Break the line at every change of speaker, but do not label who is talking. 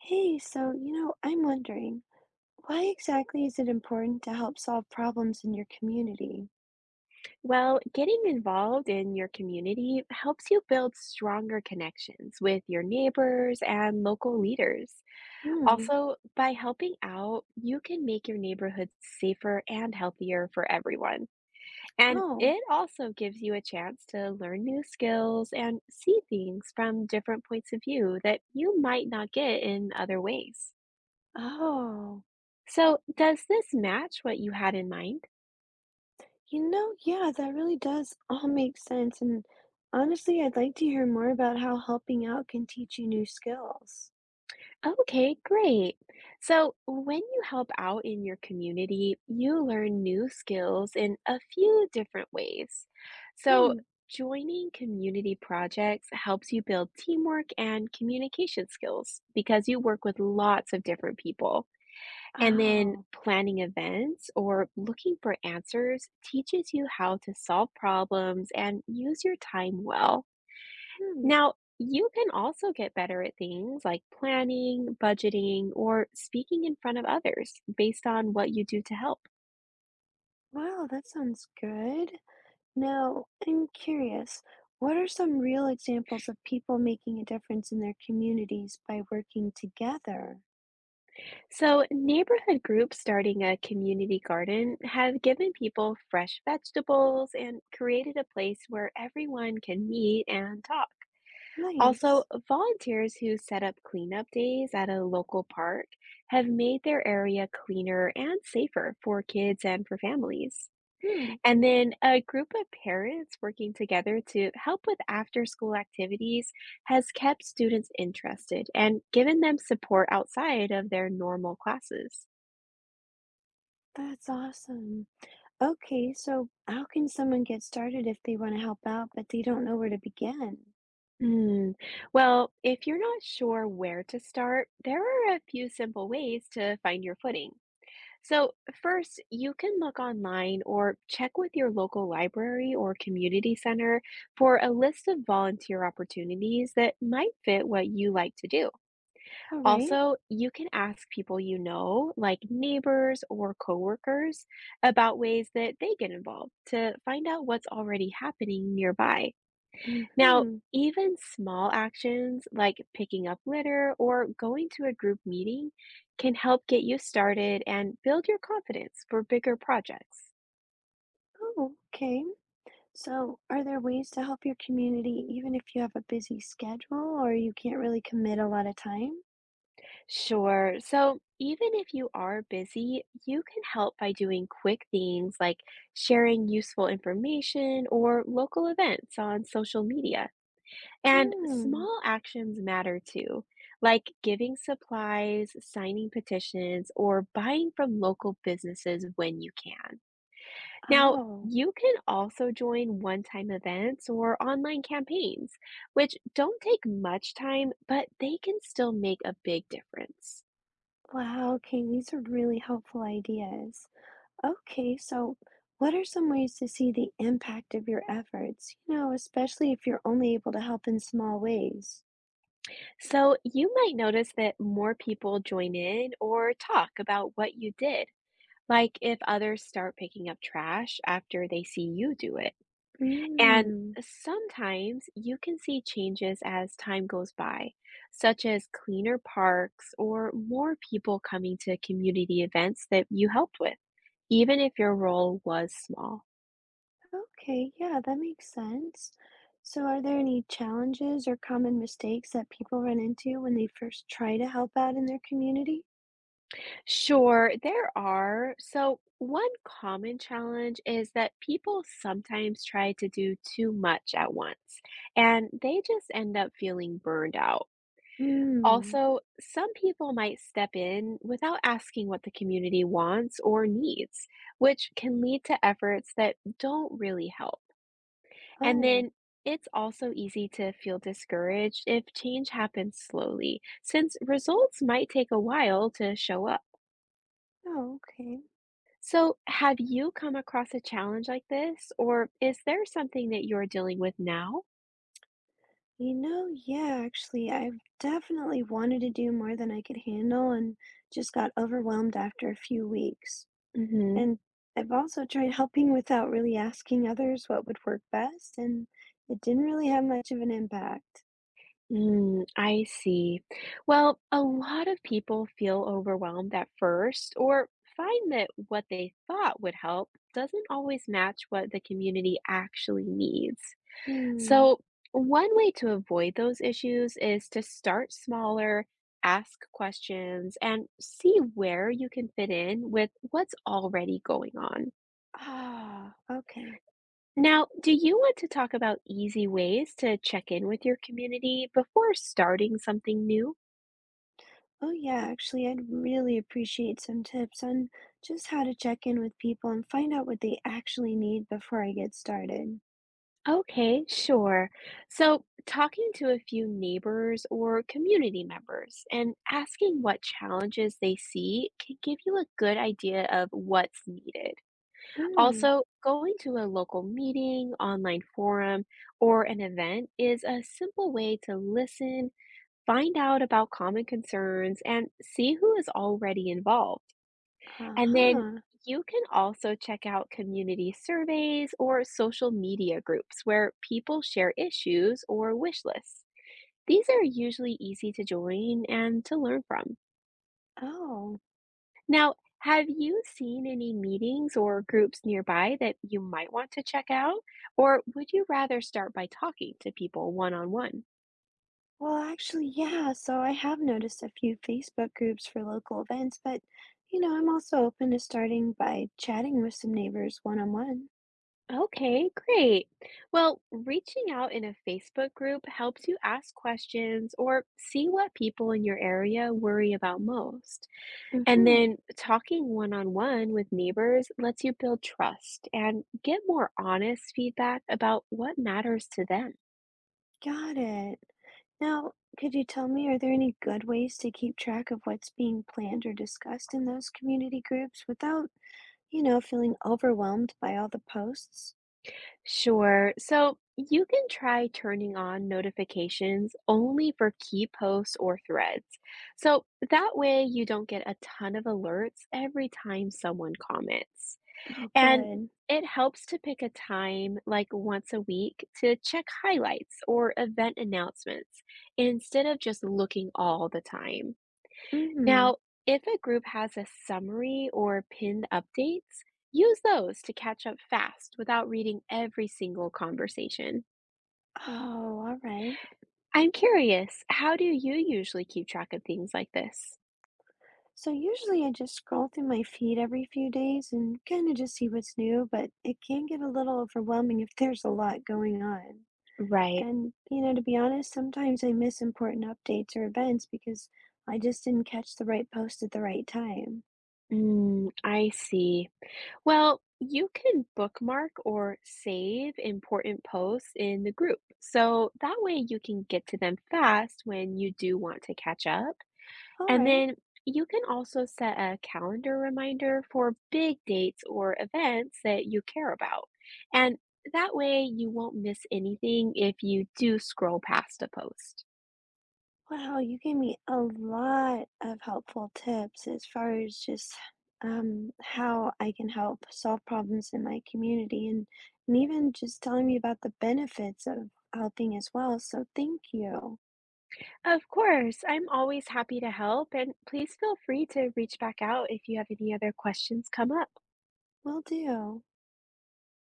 Hey, so, you know, I'm wondering, why exactly is it important to help solve problems in your community?
Well, getting involved in your community helps you build stronger connections with your neighbors and local leaders.
Hmm.
Also, by helping out, you can make your neighborhood safer and healthier for everyone. And
Oh.
it also gives you a chance to learn new skills and see things from different points of view that you might not get in other ways.
Oh.
So, does this match what you had in mind?
You know, yeah, that really does all make sense. And honestly, I'd like to hear more about how helping out can teach you new skills.
Okay, great. So, when you help out in your community, you learn new skills in a few different ways. So,
Hmm.
joining community projects helps you build teamwork and communication skills because you work with lots of different people. And then,
Oh.
planning events or looking for answers teaches you how to solve problems and use your time well.
Hmm.
Now, you can also get better at things like planning, budgeting, or speaking in front of others based on what you do to help.
Wow, that sounds good. Now, I'm curious, what are some real examples of people making a difference in their communities by working together?
So, neighborhood groups starting a community garden have given people fresh vegetables and created a place where everyone can meet and talk. Also,
Nice.
volunteers who set up cleanup days at a local park have made their area cleaner and safer for kids and for families.
Hmm,
And then a group of parents working together to help with after school activities has kept students interested and given them support outside of their normal classes.
that's awesome. Okay, so how can someone get started if they want to help out but they don't know where to begin?
Hmm. Well, if you're not sure where to start, there are a few simple ways to find your footing. So, first, you can look online or check with your local library or community center for a list of volunteer opportunities that might fit what you like to do.
All right.
Also, you can ask people you know, like neighbors or coworkers, about ways that they get involved to find out what's already happening nearby. Now,
Mm-hmm.
even small actions like picking up litter or going to a group meeting can help get you started and build your confidence for bigger projects.
Oh, okay. So, are there ways to help your community even if you have a busy schedule or you can't really commit a lot of time?
Sure. So even if you are busy, you can help by doing quick things like sharing useful information or local events on social media. And
Hmm.
small actions matter too, like giving supplies, signing petitions, or buying from local businesses when you can. Now,
Oh,
you can also join one time events or online campaigns, which don't take much time, but they can still make a big difference.
wow. Okay, these are really helpful ideas. Okay, so what are some ways to see the impact of your efforts? You know, especially if you're only able to help in small ways.
So you might notice that more people join in or talk about what you did, like if others start picking up trash after they see you do it. And
Mm,
sometimes you can see changes as time goes by, such as cleaner parks or more people coming to community events that you helped with, even if your role was small.
okay, yeah, that makes sense. So, are there any challenges or common mistakes that people run into when they first try to help out in their community?
Sure, there are. So, one common challenge is that people sometimes try to do too much at once, and they just end up feeling burned out.
Hmm.
Also, some people might step in without asking what the community wants or needs, which can lead to efforts that don't really help. And
Oh,
then it's also easy to feel discouraged if change happens slowly, since results might take a while to show up.
oh, okay.
So, have you come across a challenge like this, or is there something that you're dealing with now?
You know, yeah, actually, I've definitely wanted to do more than I could handle and just got overwhelmed after a few weeks.
Mm-hmm.
And I've also tried helping without really asking others what would work best, and it didn't really have much of an impact.
Mm, I see. Well, a lot of people feel overwhelmed at first or find that what they thought would help doesn't always match what the community actually needs.
Hmm.
So, one way to avoid those issues is to start smaller, ask questions, and see where you can fit in with what's already going on.
Ah, okay.
Now, do you want to talk about easy ways to check in with your community before starting something new?
Oh, yeah, actually, I'd really appreciate some tips on just how to check in with people and find out what they actually need before I get started.
Okay, sure. So, talking to a few neighbors or community members and asking what challenges they see can give you a good idea of what's needed.
Mm,
Also, going to a local meeting, online forum, or an event is a simple way to listen, find out about common concerns, and see who is already involved. And then
uh-huh.
you can also check out community surveys or social media groups where people share issues or wish lists. These are usually easy to join and to learn from.
Oh,
Now, have you seen any meetings or groups nearby that you might want to check out? Or would you rather start by talking to people one on one?
well, actually, yeah, so I have noticed a few Facebook groups for local events, but I'm also open to starting by chatting with some neighbors one on one.
Okay, great. Well, reaching out in a Facebook group helps you ask questions or see what people in your area worry about most. And
Mm-hmm.
then talking one on one with neighbors lets you build trust and get more honest feedback about what matters to them.
Got it. Now, could you tell me, are there any good ways to keep track of what's being planned or discussed in those community groups without, feeling overwhelmed by all the posts?
Sure. So you can try turning on notifications only for key posts or threads. So that way you don't get a ton of alerts every time someone comments.
Oh,
And
good.
it helps to pick a time, like once a week, to check highlights or event announcements instead of just looking all the time.
Mm-hmm.
Now, if a group has a summary or pinned updates, use those to catch up fast without reading every single conversation.
Oh, all right.
I'm curious, how do you usually keep track of things like this?
So usually I just scroll through my feed every few days and kind of just see what's new, but it can get a little overwhelming if there's a lot going on.
Right.
And, you know, to be honest, sometimes I miss important updates or events because I just didn't catch the right post at the right time.
Mm, I see. Well, you can bookmark or save important posts in the group. So that way you can get to them fast when you do want to catch up.
All
And
right.
then you can also set a calendar reminder for big dates or events that you care about. And that way you won't miss anything if you do scroll past a post.
Wow, you gave me a lot of helpful tips as far as just how I can help solve problems in my community and even just telling me about the benefits of helping as well. So thank you.
Of course, I'm always happy to help, and please feel free to reach back out if you have any other questions come up.
Will do.